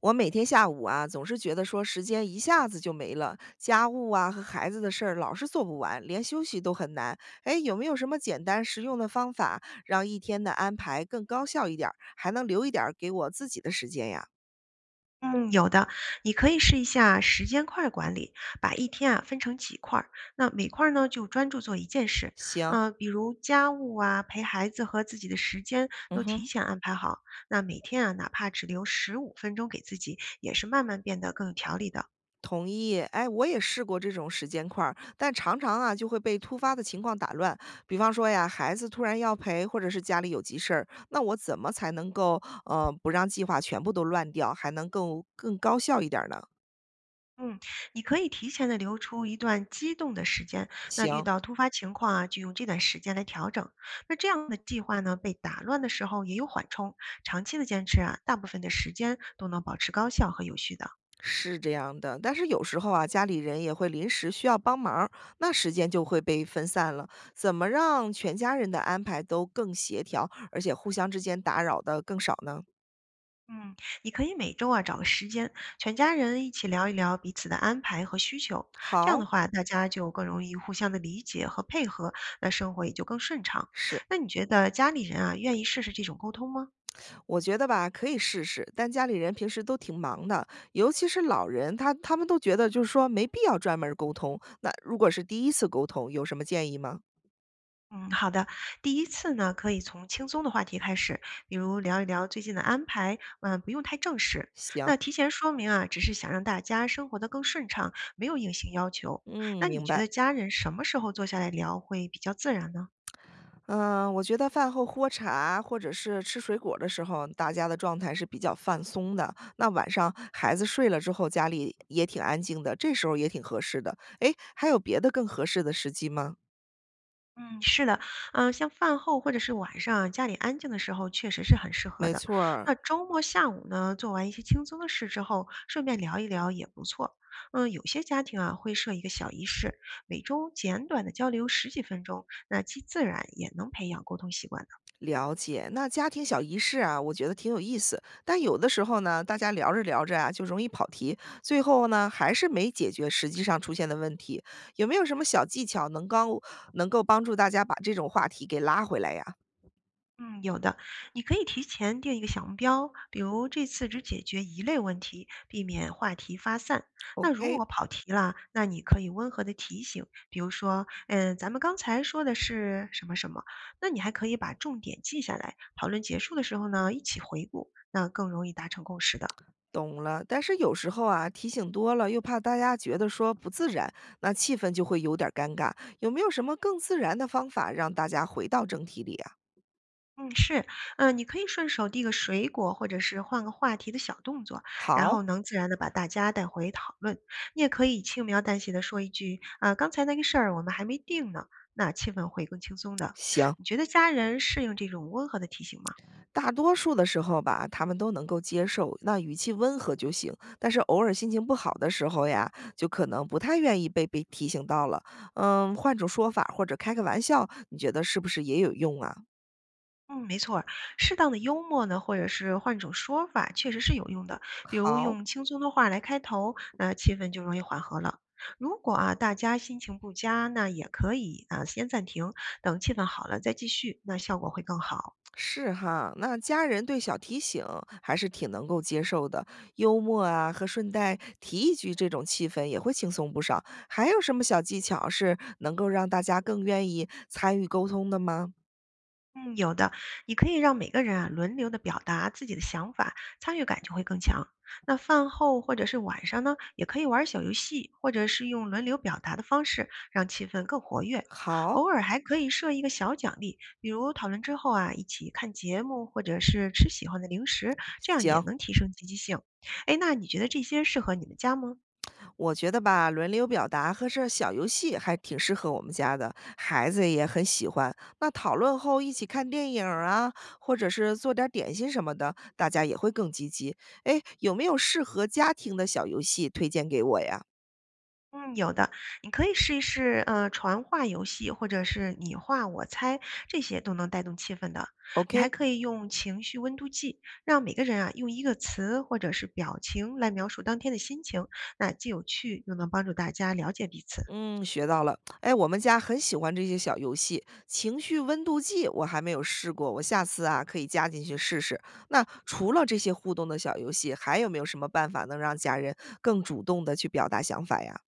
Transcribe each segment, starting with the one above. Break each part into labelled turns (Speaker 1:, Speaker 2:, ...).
Speaker 1: 我每天下午啊，总是觉得说时间一下子就没了，家务啊和孩子的事儿老是做不完，连休息都很难。哎，有没有什么简单实用的方法，让一天的安排更高效一点儿，还能留一点儿给我自己的时间呀？
Speaker 2: 嗯，有的，你可以试一下时间块儿管理，把一天啊分成几块儿，那每块儿呢就专注做一件事，
Speaker 1: 行，
Speaker 2: 比如家务啊、陪孩子和自己的时间
Speaker 1: 嗯
Speaker 2: 都
Speaker 1: 哼。
Speaker 2: 提前安排好。那每天啊，哪怕只留15分钟给自己，也是慢慢变得更有条理的。
Speaker 1: 同意，哎，我也试过这种时间块儿，但常常啊就会被突发的情况打乱。比方说呀，孩子突然要陪，或者是家里有急事儿，那我怎么才能够不让计划全部都乱掉，还能够更高效一点儿呢？
Speaker 2: 嗯，你可以提前的留出一段机动的时间，那遇
Speaker 1: 行，
Speaker 2: 到突发情况啊，就用这段时间来调整。那这样的计划呢，被打乱的时候也有缓冲。长期的坚持啊，大部分的时间都能保持高效和有序的。
Speaker 1: 是这样的，但是有时候啊，家里人也会临时需要帮忙儿那时间就会被分散了。怎么让全家人的安排都更协调，而且互相之间打扰的更少呢？
Speaker 2: 嗯，你可以每周啊找个时间，全家人一起聊一聊彼此的安排和需求。这样
Speaker 1: 好，
Speaker 2: 的话，大家就更容易互相的理解和配合，那生活也就更顺畅。
Speaker 1: 是，
Speaker 2: 那你觉得家里人啊，愿意试试这种沟通吗？
Speaker 1: 我觉得吧，可以试试。但家里人平时都挺忙的，尤其是老人，他们都觉得就是说没必要专门儿沟通。那如果是第一次沟通，有什么建议吗？
Speaker 2: 嗯，好的。第一次呢，可以从轻松的话题开始，比如聊一聊最近的安排，嗯，不用太正式。
Speaker 1: 行，
Speaker 2: 那提前说明啊，只是想让大家生活得更顺畅，没有硬性要求。
Speaker 1: 嗯，
Speaker 2: 那你
Speaker 1: 明
Speaker 2: 觉
Speaker 1: 白。
Speaker 2: 得家人什么时候坐下来聊会比较自然呢？
Speaker 1: 嗯，我觉得饭后喝茶或者是吃水果的时候，大家的状态是比较放松的。那晚上孩子睡了之后，家里也挺安静的，这时候也挺合适的。诶，还有别的更合适的时机吗？
Speaker 2: 嗯，是的，嗯，像饭后或者是晚上啊家里安静的时候，确实是很适合
Speaker 1: 没
Speaker 2: 的。
Speaker 1: 错儿，
Speaker 2: 那周末下午呢，做完一些轻松的事之后，顺便聊一聊也不错。嗯，有些家庭啊会设一个小仪式，每周简短的交流十几分钟，那既自然也能培养沟通习惯。
Speaker 1: 了解。那家庭小仪式啊，我觉得挺有意思。但有的时候呢，大家聊着聊着啊，就容易跑题，最后呢，还是没解决实际上出现的问题。有没有什么小技巧能刚能够帮助大家把这种话题给拉回来呀
Speaker 2: 嗯，有的，你可以提前定一个小目标，比如这次只解决一类问题，避免话题发散。那如
Speaker 1: ？OK，
Speaker 2: 果跑题了，那你可以温和的提醒，比如说，嗯，咱们刚才说的是什么什么，那你还可以把重点记下来，讨论结束的时候呢，一起回顾，那更容易达成共识的。
Speaker 1: 懂了，但是有时候啊，提醒多了又怕大家觉得说不自然，那气氛就会有点儿尴尬。有没有什么更自然的方法让大家回到正题里啊？
Speaker 2: 嗯，是，嗯，你可以顺手递个水果，或者是换个话题的小动作，然
Speaker 1: 好，
Speaker 2: 后能自然的把大家带回讨论。你也可以轻描淡写的说一句，啊、刚才那个事儿我们还没定呢，那气氛会更轻松的。
Speaker 1: 行，
Speaker 2: 你觉得家人适应这种温和的提醒吗？
Speaker 1: 大多数的时候吧，他们都能够接受，那语气温和就行。但是偶尔心情不好的时候呀，就可能不太愿意被提醒到了。嗯，换种说法或者开个玩笑，你觉得是不是也有用啊？
Speaker 2: 嗯，没错儿，适当的幽默呢，或者是换种说法，确实是有用的。比如
Speaker 1: 好。
Speaker 2: 用轻松的话来开头，那气氛就容易缓和了。如果啊大家心情不佳，那也可以啊先暂停，等气氛好了再继续，那效果会更好。
Speaker 1: 是哈，那家人对小提醒还是挺能够接受的，幽默啊和顺带提一句，这种气氛也会轻松不少。还有什么小技巧是能够让大家更愿意参与沟通的吗？
Speaker 2: 嗯，有的，你可以让每个人啊轮流的表达自己的想法，参与感就会更强。那饭后或者是晚上呢，也可以玩小游戏，或者是用轮流表达的方式，让气氛更活跃。
Speaker 1: 好，
Speaker 2: 偶尔还可以设一个小奖励，比如讨论之后啊，一起看节目，或者是吃喜欢的零食，这样也
Speaker 1: 行。
Speaker 2: 能提升积极性。哎，那你觉得这些适合你们家吗？
Speaker 1: 我觉得吧，轮流表达和这小游戏还挺适合我们家的，孩子也很喜欢。那讨论后一起看电影儿啊，或者是做点儿点心什么的，大家也会更积极。哎，有没有适合家庭的小游戏推荐给我呀
Speaker 2: 嗯，有的，你可以试一试，传话游戏，或者是你画我猜，这些都能带动气氛的。你还
Speaker 1: ？OK，
Speaker 2: 可以用情绪温度计，让每个人啊用一个词或者是表情来描述当天的心情，那既有趣，又能帮助大家了解彼此。
Speaker 1: 嗯，学到了。哎，我们家很喜欢这些小游戏，情绪温度计我还没有试过，我下次啊可以加进去试试。那除了这些互动的小游戏，还有没有什么办法能让家人更主动的去表达想法呀？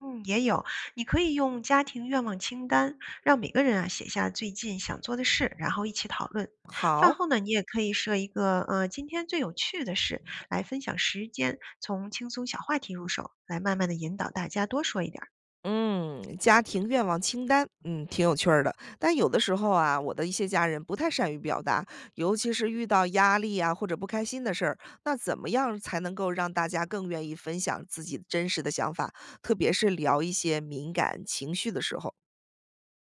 Speaker 2: 嗯，也有，你可以用家庭愿望清单，让每个人啊写下最近想做的事，然后一起讨论。饭
Speaker 1: 好，
Speaker 2: 后呢，你也可以设一个今天最有趣的事来分享时间，从轻松小话题入手，来慢慢的引导大家多说一点儿。
Speaker 1: 嗯，家庭愿望清单，嗯，挺有趣儿的。但有的时候啊，我的一些家人不太善于表达，尤其是遇到压力啊或者不开心的事儿，那怎么样才能够让大家更愿意分享自己真实的想法，特别是聊一些敏感情绪的时候？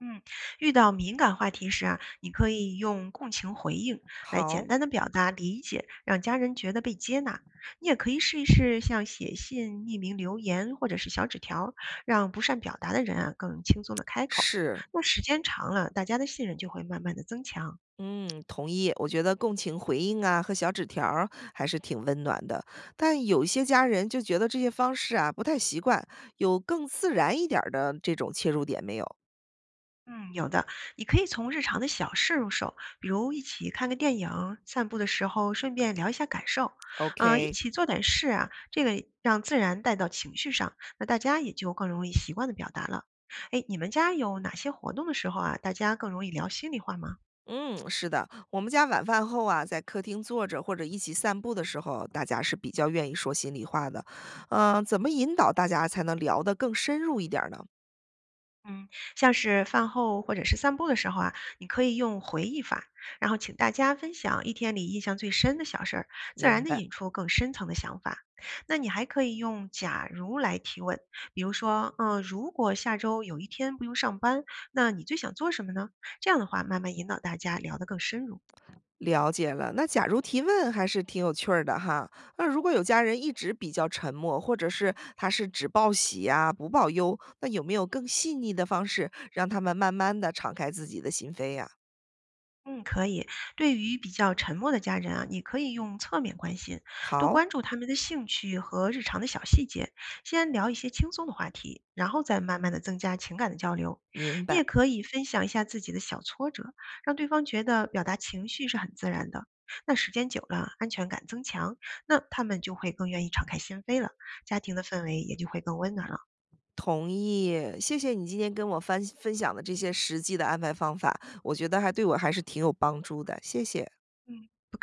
Speaker 2: 嗯，遇到敏感话题时啊，你可以用共情回应来
Speaker 1: 好，
Speaker 2: 简单的表达理解，让家人觉得被接纳。你也可以试一试像写信、匿名留言或者是小纸条，让不善表达的人啊更轻松的开口。
Speaker 1: 是。
Speaker 2: 那时间长了，大家的信任就会慢慢的增强。
Speaker 1: 嗯，同意。我觉得共情回应啊和小纸条儿还是挺温暖的，但有一些家人就觉得这些方式啊不太习惯，有更自然一点儿的这种切入点没有
Speaker 2: 嗯，有的，你可以从日常的小事入手，比如一起看个电影，散步的时候顺便聊一下感受，一
Speaker 1: ？OK，
Speaker 2: 起做点事啊，这个让自然带到情绪上，那大家也就更容易习惯的表达了。哎，你们家有哪些活动的时候啊，大家更容易聊心里话吗？
Speaker 1: 嗯，是的，我们家晚饭后啊，在客厅坐着或者一起散步的时候，大家是比较愿意说心里话的。嗯、怎么引导大家才能聊得更深入一点儿呢？
Speaker 2: 嗯，像是饭后或者是散步的时候啊，你可以用回忆法，然后请大家分享一天里印象最深的小事儿，自
Speaker 1: 明
Speaker 2: 然的
Speaker 1: 白。
Speaker 2: 引出更深层的想法。那你还可以用假如来提问，比如说，嗯、如果下周有一天不用上班，那你最想做什么呢？这样的话，慢慢引导大家聊得更深入。
Speaker 1: 了解了，那假如提问还是挺有趣儿的哈。那如果有家人一直比较沉默，或者是他是只报喜呀、不报忧，那有没有更细腻的方式让他们慢慢的敞开自己的心扉呀、
Speaker 2: 嗯，可以。对于比较沉默的家人啊，你可以用侧面关心，多
Speaker 1: 好，
Speaker 2: 关注他们的兴趣和日常的小细节，先聊一些轻松的话题，然后再慢慢的增加情感的交流。
Speaker 1: 明
Speaker 2: 你
Speaker 1: 白，
Speaker 2: 也可以分享一下自己的小挫折，让对方觉得表达情绪是很自然的。那时间久了，安全感增强，那他们就会更愿意敞开心扉了，家庭的氛围也就会更温暖了。
Speaker 1: 同意。谢谢你今天跟我分享的这些实际的安排方法，我觉得还对我还是挺有帮助的，谢谢。
Speaker 2: 嗯，不客气。